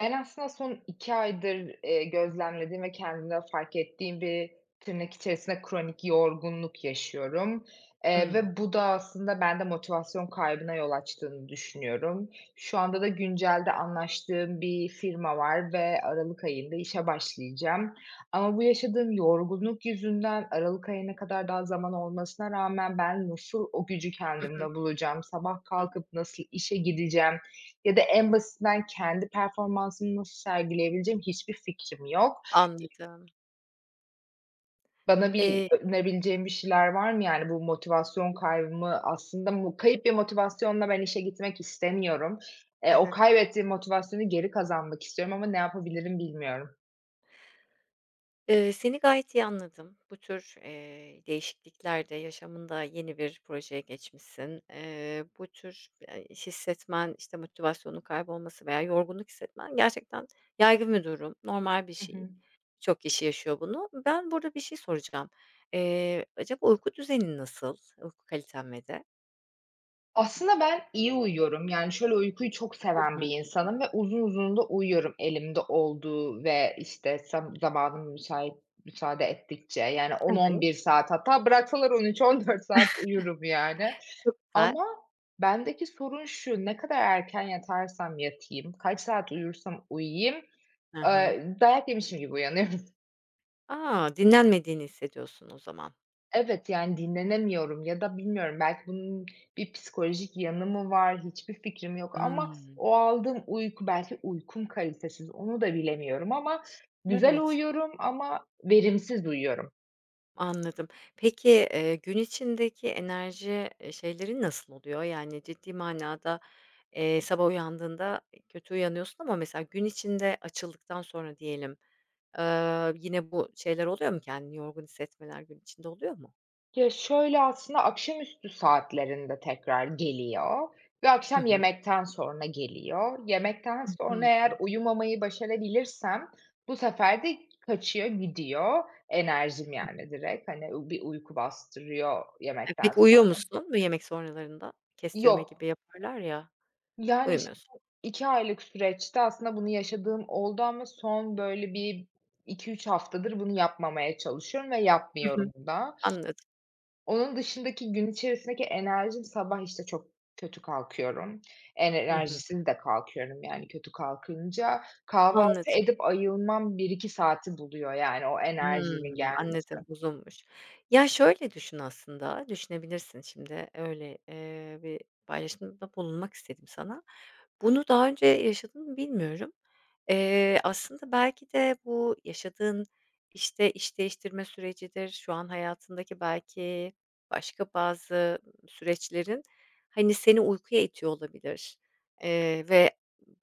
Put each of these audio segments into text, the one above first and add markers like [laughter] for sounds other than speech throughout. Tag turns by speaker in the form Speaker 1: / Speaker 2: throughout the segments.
Speaker 1: Ben aslında son 2 aydır, gözlemlediğim ve kendimde fark ettiğim bir tırnak içerisinde kronik yorgunluk yaşıyorum,
Speaker 2: Hımm.
Speaker 1: ve bu da aslında bende motivasyon kaybına yol açtığını düşünüyorum. Şu anda da güncelde anlaştığım bir firma var ve aralık ayında işe başlayacağım. Ama bu yaşadığım yorgunluk yüzünden aralık ayına kadar daha zaman olmasına rağmen ben nasıl o gücü
Speaker 2: Hı
Speaker 1: kendimde
Speaker 2: hı.
Speaker 1: bulacağım, sabah
Speaker 2: Hı.
Speaker 1: kalkıp nasıl işe gideceğim, ya da en basitinden kendi performansımı nasıl sergileyebileceğim hiçbir fikrim yok.
Speaker 2: Anladım.
Speaker 1: Bana bir
Speaker 2: Eee,
Speaker 1: önerebileceğin bir şeyler var mı? Yani bu motivasyon kaybımı aslında kayıp bir motivasyonla ben işe gitmek istemiyorum.
Speaker 2: Hı
Speaker 1: O
Speaker 2: hı.
Speaker 1: kaybettiğim motivasyonu geri kazanmak istiyorum ama ne yapabilirim bilmiyorum.
Speaker 2: Seni gayet iyi anladım. Bu tür, değişikliklerde yaşamında yeni bir projeye geçmişsin. Bu tür, hissetmen, işte, motivasyonun kaybolması veya yorgunluk hissetmen gerçekten yaygın bir durum, normal bir
Speaker 1: Hı
Speaker 2: şey.
Speaker 1: hı.
Speaker 2: Birçok kişi yaşıyor bunu. Ben burada bir şey soracağım. Acaba uyku düzenin nasıl? Uyku kaliten ve de?
Speaker 1: Aslında ben iyi uyuyorum. Yani, şöyle, uykuyu çok
Speaker 2: Hı
Speaker 1: seven
Speaker 2: hı.
Speaker 1: bir insanım ve uzun uzun da uyuyorum elimde olduğu ve, işte, zamanım müsaade ettikçe. Yani,
Speaker 2: Evet.
Speaker 1: 10-11 saat hatta bıraksalar 13-14 saat uyurum, yani.
Speaker 2: Çok güzel.
Speaker 1: Ama bendeki sorun şu, ne kadar erken yatarsam yatayım, kaç saat uyursam uyuyayım,
Speaker 2: Hı hı.
Speaker 1: dayak yemişim gibi uyanıyorum.
Speaker 2: A! Dinlenmediğini hissediyorsun o zaman.
Speaker 1: Evet, yani dinlenemiyorum ya da bilmiyorum belki bunun bir psikolojik yanı mı var, hiçbir fikrim yok ama
Speaker 2: Hımm.
Speaker 1: o aldığım uyku belki uykum kalitesiz onu da bilemiyorum ama güzel
Speaker 2: Evet,
Speaker 1: uyuyorum ama verimsiz uyuyorum.
Speaker 2: anladım. Peki, gün içindeki enerji, şeylerin nasıl oluyor? Yani ciddi manada, sabah uyandığında kötü uyanıyorsun ama mesela gün içinde açıldıktan sonra diyelim, yine bu şeyler oluyor mu? Kendini yorgun hissetmeler gün içinde oluyor mu?
Speaker 1: Ya, şöyle aslında akşamüstü saatlerinde tekrar geliyor ve
Speaker 2: Hı
Speaker 1: akşam
Speaker 2: hı.
Speaker 1: yemekten sonra geliyor. Yemekten sonra
Speaker 2: Hı.
Speaker 1: eğer uyumamayı başarabilirsem bu sefer de kaçıyor gidiyor enerjim yani direkt, hani, bir uyku bastırıyor
Speaker 2: E,
Speaker 1: yemekten.
Speaker 2: peki uyuyor musun bu yemek sonralarında? Kestirme gibi
Speaker 1: Yok.
Speaker 2: yaparlar ya.
Speaker 1: Yani, işte,
Speaker 2: Uyumuyorsun.
Speaker 1: 2 aylık süreçte aslında bunu yaşadığım oldu ama son böyle bir 2-3 haftadır bunu yapmamaya çalışıyorum ve
Speaker 2: Hı hı.
Speaker 1: yapmıyorum da.
Speaker 2: Anladım.
Speaker 1: Onun dışındaki gün içerisindeki enerjim sabah, işte, çok kötü kalkıyorum.
Speaker 2: Hı hı.
Speaker 1: Enerjisiz de kalkıyorum, yani, kötü kalkınca. Kahvaltı
Speaker 2: Anladım.
Speaker 1: edip ayılmam bir iki saati buluyor, yani, o enerjimin
Speaker 2: Hımm,
Speaker 1: gelmesi.
Speaker 2: anladım, uzunmuş. Ya, şöyle düşün aslında, düşünebilirsin şimdi, öyle, bir paylaşımda bulunmak istedim sana. Bunu daha önce yaşadın mı bilmiyorum. Aslında belki de bu yaşadığın, işte, iş değiştirme sürecidir, şu an hayatındaki belki başka bazı süreçlerin, hani, seni uykuya itiyor olabilir, ve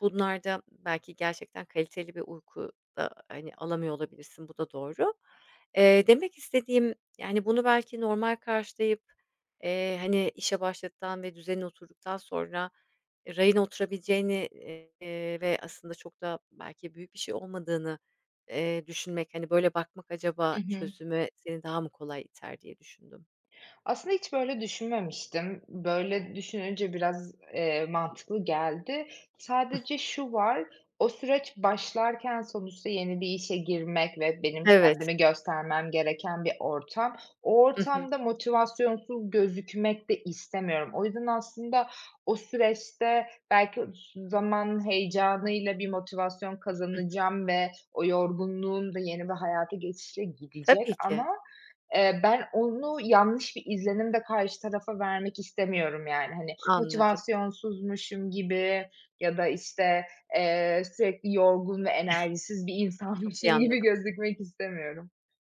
Speaker 2: bunlarda belki gerçekten kaliteli bir uyku da, hani, alamıyor olabilirsin. Bu da doğru. Demek istediğim, yani, bunu belki normal karşılayıp, hani, işe başladıktan ve düzenine oturduktan sonra e, rayına oturabileceğini, ve aslında çok da belki büyük bir şey olmadığını, düşünmek, hani, böyle bakmak acaba
Speaker 1: Hı hı.
Speaker 2: çözüme seni daha mı kolay iter diye düşündüm.
Speaker 1: Aslında hiç böyle düşünmemiştim. Böyle düşününce biraz, mantıklı geldi. Sadece şu var, o süreç başlarken sonuçta yeni bir işe girmek ve benim
Speaker 2: Evet.
Speaker 1: kendimi göstermem gereken bir ortam. O
Speaker 2: Hı hı.
Speaker 1: ortamda motivasyonsuz gözükmek de istemiyorum. O yüzden aslında o süreçte belki zaman heyecanıyla bir motivasyon
Speaker 2: Hı hı.
Speaker 1: kazanacağım ve o yorgunluğum da yeni bir hayata geçişle gidecek
Speaker 2: Tabii ki.
Speaker 1: ama ben onu yanlış bir izlenim de karşı tarafa vermek istemiyorum yani. Hani,
Speaker 2: Anladım.
Speaker 1: motivasyonsuzmuşum gibi ya da, işte, sürekli yorgun ve enerjisiz bir
Speaker 2: Çok iyi
Speaker 1: insanmışım [laughs] gibi
Speaker 2: anladım.
Speaker 1: gözükmek istemiyorum.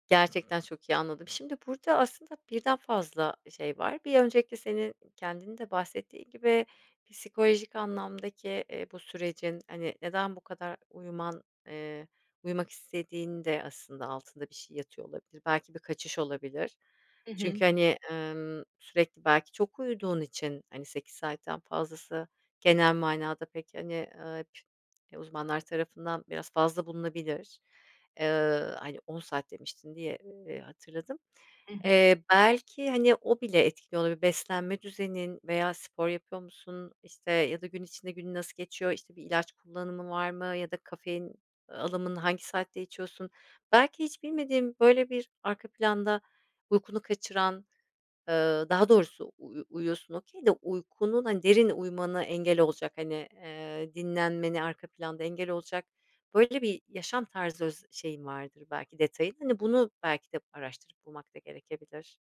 Speaker 2: Gerçekten çok iyi anladım. Şimdi burada aslında birden fazla şey var. Bir önceki senin kendinin de bahsettiğin gibi psikolojik anlamdaki, bu sürecin, hani, neden bu kadar uyuman, uyumak istediğinin de aslında altında bir şey yatıyor olabilir. Belki bir kaçış olabilir.
Speaker 1: Hı hı.
Speaker 2: Çünkü, hani, sürekli belki çok uyuduğun için, hani, 8 saatten fazlası genel manada pek, hani, p e, uzmanlar tarafından biraz fazla bulunabilir. Hani, 10 saat demiştin diye, hatırladım.
Speaker 1: Hı hı.
Speaker 2: Belki, hani, o bile etkili olabilir. Beslenme düzenin veya spor yapıyor musun, işte, ya da gün içinde günün nasıl geçiyor, işte, bir ilaç kullanımı var mı ya da kafein alımını hangi saatte içiyorsun? Belki hiç bilmediğin böyle bir arka planda uykunu kaçıran daha doğrusu uyuyorsun okey de uykunun, hani, derin uyumana engel olacak, hani, dinlenmeni arka planda engel olacak, böyle bir yaşam tarzı öz şeyin vardır belki detayın. Hani, bunu belki de araştırıp bulmak da gerekebilir.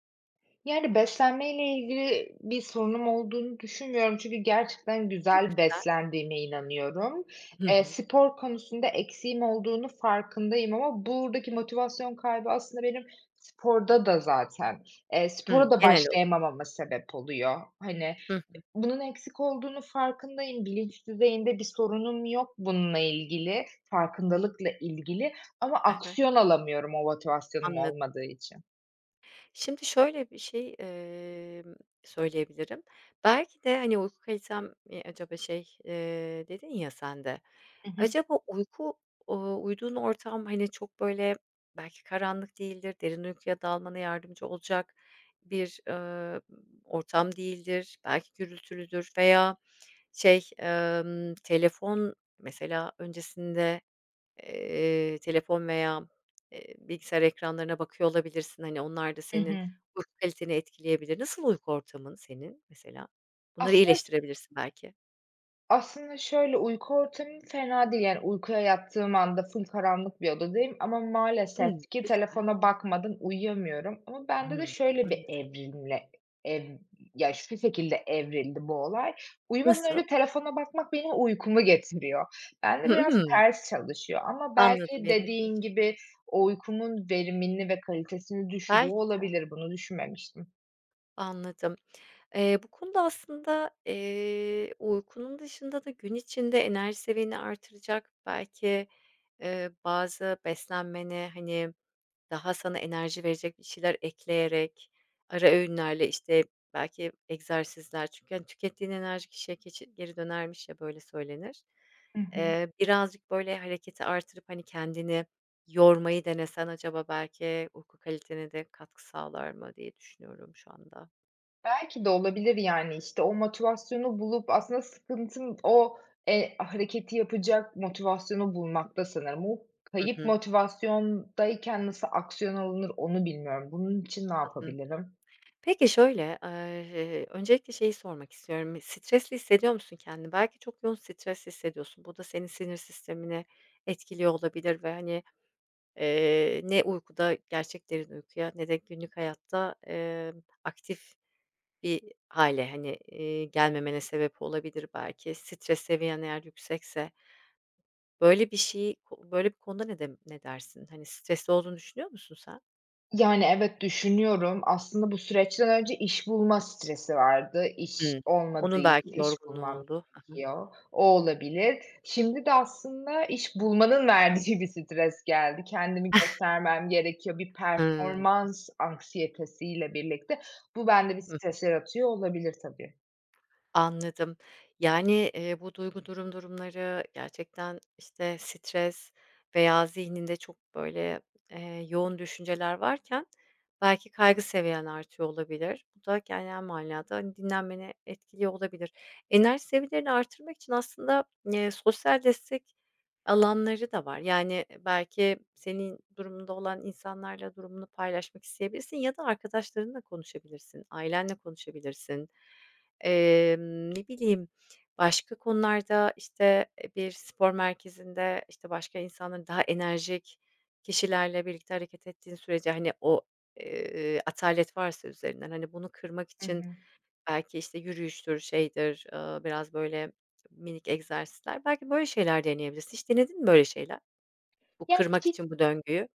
Speaker 1: Yani, beslenmeyle ilgili bir sorunum olduğunu düşünmüyorum çünkü gerçekten
Speaker 2: Çok
Speaker 1: güzel
Speaker 2: güzel.
Speaker 1: beslendiğime inanıyorum.
Speaker 2: Hı hı.
Speaker 1: Spor konusunda eksiğim olduğunu farkındayım ama buradaki motivasyon kaybı aslında benim sporda da zaten,
Speaker 2: Hımm,
Speaker 1: spora da
Speaker 2: genel olur.
Speaker 1: başlayamamama sebep oluyor. Hani, bunun eksik olduğunu farkındayım. Bilinç düzeyinde bir sorunum yok bununla ilgili, farkındalıkla ilgili ama
Speaker 2: Hı hı.
Speaker 1: aksiyon alamıyorum o motivasyonum
Speaker 2: Anladım.
Speaker 1: olmadığı için.
Speaker 2: Şimdi şöyle bir şey, söyleyebilirim. Belki de, hani, uyku kalitem, acaba şey, dedin ya sen de,
Speaker 1: Hı hı.
Speaker 2: acaba uyku, uyuduğun ortam, hani, çok böyle belki karanlık değildir, derin uykuya dalmana yardımcı olacak bir, ortam değildir, belki gürültülüdür veya şey, telefon mesela öncesinde. Telefon veya, bilgisayar ekranlarına bakıyor olabilirsin. Hani, onlar da
Speaker 1: Hı
Speaker 2: senin
Speaker 1: hı.
Speaker 2: uyku kaliteni etkileyebilir. Nasıl uyku ortamın senin mesela? Bunları
Speaker 1: Aslında
Speaker 2: iyileştirebilirsin belki.
Speaker 1: Aslında şöyle, uyku ortamım fena değil. Yani uykuya yattığım anda full karanlık bir odadayım ama maalesef
Speaker 2: Hımm,
Speaker 1: ki
Speaker 2: güzel.
Speaker 1: telefona bakmadan uyuyamıyorum. Ama bende de
Speaker 2: Hımm,
Speaker 1: şöyle bir
Speaker 2: anladım.
Speaker 1: evrimle ev ya, şu şekilde evrildi bu olay. Uyumadan
Speaker 2: Nasıl?
Speaker 1: önce telefona bakmak benim uykumu getiriyor. Bende
Speaker 2: Hı
Speaker 1: biraz
Speaker 2: hı.
Speaker 1: ters çalışıyor ama
Speaker 2: Anladım,
Speaker 1: belki
Speaker 2: ilginçmiş.
Speaker 1: dediğin gibi o uykumun verimini ve kalitesini düşürüyor
Speaker 2: Belki de.
Speaker 1: olabilir. Bunu düşünmemiştim.
Speaker 2: Anladım. Bu konuda aslında, uykunun dışında da gün içinde enerji seviyeni artıracak belki, bazı beslenmene, hani, daha sana enerji verecek bir şeyler ekleyerek, ara öğünlerle, işte, belki egzersizler çünkü, hani, tükettiğin enerji kişiye keçi geri dönermiş ya, böyle söylenir.
Speaker 1: Hı hı.
Speaker 2: Birazcık böyle hareketi artırıp, hani, kendini yormayı denesen acaba belki uyku kalitene de katkı sağlar mı diye düşünüyorum şu anda.
Speaker 1: Belki de olabilir, yani, işte, o motivasyonu bulup aslında sıkıntın o, hareketi yapacak motivasyonu bulmakta sanırım. O
Speaker 2: Hı
Speaker 1: kayıp
Speaker 2: hı.
Speaker 1: motivasyondayken nasıl aksiyon alınır onu bilmiyorum. Bunun için ne yapabilirim?
Speaker 2: Peki şöyle, öncelikle şeyi sormak istiyorum. Stresli hissediyor musun kendini? Belki çok yoğun stres hissediyorsun. Bu da senin sinir sistemini etkiliyor olabilir ve, hani, ne uykuda, gerçek derin uykuya ne de günlük hayatta, aktif bir hale hani, gelmemene sebep olabilir belki. Stres seviyen eğer yüksekse böyle bir şeyi böyle bir konuda ne de ne dersin? Hani, stresli olduğunu düşünüyor musun sen?
Speaker 1: Yani, evet, düşünüyorum. Aslında bu süreçten önce iş bulma stresi vardı. İş
Speaker 2: Hıı.
Speaker 1: olmadığı
Speaker 2: Onun
Speaker 1: için
Speaker 2: belki
Speaker 1: iş
Speaker 2: yorgunluğu
Speaker 1: bulmam
Speaker 2: oldu. Hı hı.
Speaker 1: gerekiyor. O olabilir. Şimdi de aslında iş bulmanın [laughs] verdiği bir stres geldi. Kendimi göstermem gerekiyor. Bir
Speaker 2: Hıı.
Speaker 1: performans anksiyetesiyle birlikte bu bende bir stres yaratıyor olabilir tabii.
Speaker 2: Anladım. Yani, bu duygu durum durumları gerçekten, işte, stres veya zihninde çok, böyle, yoğun düşünceler varken belki kaygı seviyen artıyor olabilir. Bu da genel manada, hani, dinlenmeni etkiliyor olabilir. Enerji seviyelerini artırmak için aslında, sosyal destek alanları da var. Yani, e, belki senin durumunda olan insanlarla durumunu paylaşmak isteyebilirsin ya da arkadaşlarınla konuşabilirsin, ailenle konuşabilirsin. Ne bileyim, başka konularda, işte, bir spor merkezinde, işte, başka insanların daha enerjik kişilerle birlikte hareket ettiğin sürece, hani, o, atalet varsa üzerinden, hani, bunu kırmak
Speaker 1: Hı
Speaker 2: için
Speaker 1: hı.
Speaker 2: belki, işte, yürüyüştür, şeydir, biraz böyle minik egzersizler, belki böyle şeyler deneyebilirsin. Hiç denedin mi böyle şeyler? Bu
Speaker 1: Yani,
Speaker 2: kırmak için bu döngüyü?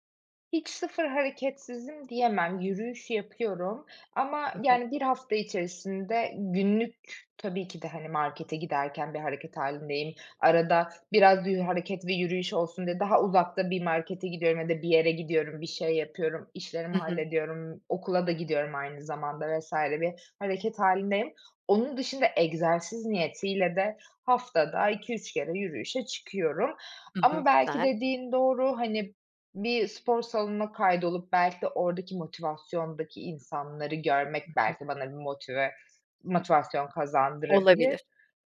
Speaker 1: hiç sıfır hareketsizim diyemem. Yürüyüş yapıyorum ama,
Speaker 2: Hı hı.
Speaker 1: yani, bir hafta içerisinde günlük tabii ki de, hani, markete giderken bir hareket halindeyim. Arada biraz hareket ve yürüyüş olsun diye daha uzakta bir markete gidiyorum ya da bir yere gidiyorum, bir şey yapıyorum, işlerimi
Speaker 2: Hı hı.
Speaker 1: hallediyorum, okula da gidiyorum aynı zamanda vesaire bir hareket halindeyim. Onun dışında egzersiz niyetiyle de haftada 2-3 kere yürüyüşe çıkıyorum
Speaker 2: Hı hı.
Speaker 1: ama belki
Speaker 2: Güzel.
Speaker 1: dediğin doğru, hani, bir spor salonuna kaydolup belki de oradaki motivasyondaki insanları görmek belki bana bir motivasyon kazandırabilir.
Speaker 2: Olabilir.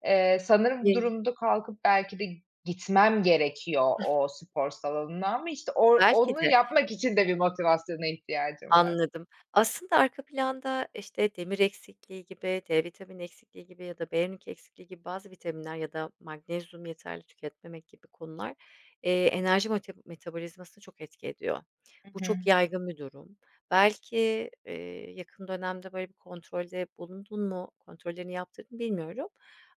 Speaker 1: Sanırım bu
Speaker 2: Emm,
Speaker 1: durumda kalkıp belki de gitmem gerekiyor o spor salonuna ama işte o
Speaker 2: Belki
Speaker 1: onu
Speaker 2: de.
Speaker 1: yapmak için de bir motivasyona ihtiyacım var.
Speaker 2: Anladım. Aslında arka planda, işte, demir eksikliği gibi, D vitamini eksikliği gibi ya da B12 eksikliği gibi bazı vitaminler ya da magnezyum yeterli tüketmemek gibi konular, enerji metabolizmasını çok etki ediyor.
Speaker 1: Hı
Speaker 2: Bu çok
Speaker 1: hı.
Speaker 2: yaygın bir durum. Belki, yakın dönemde böyle bir kontrolde bulundun mu, kontrollerini yaptırdın mı bilmiyorum.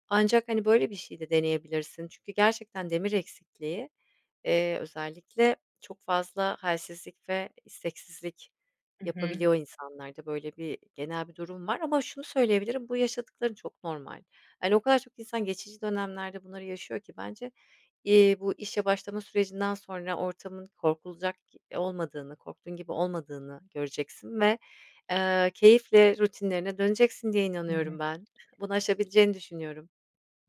Speaker 2: Ancak, hani, böyle bir şey de deneyebilirsin. Çünkü gerçekten demir eksikliği, özellikle çok fazla halsizlik ve isteksizlik
Speaker 1: Hı hı.
Speaker 2: yapabiliyor insanlarda. Böyle bir genel bir durum var ama şunu söyleyebilirim, bu yaşadıkların çok normal. Yani o kadar çok insan geçici dönemlerde bunları yaşıyor ki bence, bu işe başlama sürecinden sonra ortamın korkulacak olmadığını, korktuğun gibi olmadığını göreceksin ve, keyifle rutinlerine döneceksin diye
Speaker 1: Hı hı.
Speaker 2: inanıyorum ben. Bunu aşabileceğini düşünüyorum.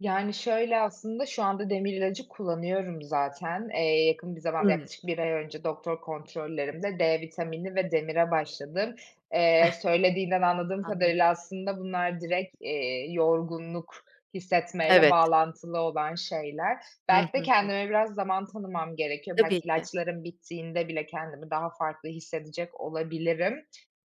Speaker 1: Yani, şöyle aslında şu anda demir ilacı kullanıyorum zaten. Yakın bir zamanda
Speaker 2: Hımm.
Speaker 1: yaklaşık bir ay önce doktor kontrollerimde D vitamini ve demire başladım.
Speaker 2: [laughs]
Speaker 1: Söylediğinden anladığım
Speaker 2: Anladım.
Speaker 1: kadarıyla aslında bunlar direkt, yorgunluk hissetmeyle
Speaker 2: Evet.
Speaker 1: bağlantılı olan şeyler.
Speaker 2: Hı
Speaker 1: Belki de
Speaker 2: hı, hı.
Speaker 1: kendime biraz zaman tanımam gerekiyor.
Speaker 2: Tabii
Speaker 1: Belki
Speaker 2: ki.
Speaker 1: ilaçlarım bittiğinde bile kendimi daha farklı hissedecek olabilirim.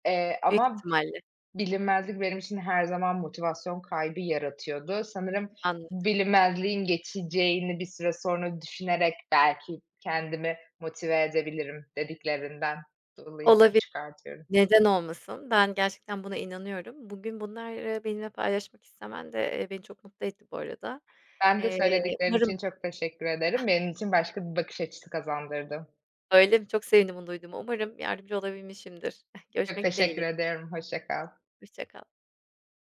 Speaker 2: Büyük
Speaker 1: Ama
Speaker 2: ihtimalle.
Speaker 1: bilinmezlik benim için her zaman motivasyon kaybı yaratıyordu. Sanırım
Speaker 2: Anladım.
Speaker 1: bilinmezliğin geçeceğini bir süre sonra düşünerek belki kendimi motive edebilirim dediklerinden dolayı bunu
Speaker 2: Olabilir.
Speaker 1: çıkartıyorum.
Speaker 2: Neden olmasın? Ben gerçekten buna inanıyorum. Bugün bunları benimle paylaşmak istemen de, beni çok mutlu etti bu arada.
Speaker 1: Ben de
Speaker 2: Eee,
Speaker 1: söylediklerin için
Speaker 2: umarım
Speaker 1: çok teşekkür ederim. Benim için başka bir bakış açısı kazandırdı.
Speaker 2: Öyle mi? Çok sevindim bunu duyduğuma. Umarım yardımcı olabilmişimdir. [laughs]
Speaker 1: Çok
Speaker 2: Görüşmek dileğiyle.
Speaker 1: teşekkür ederim, hoşça kal.
Speaker 2: Hoşça kal.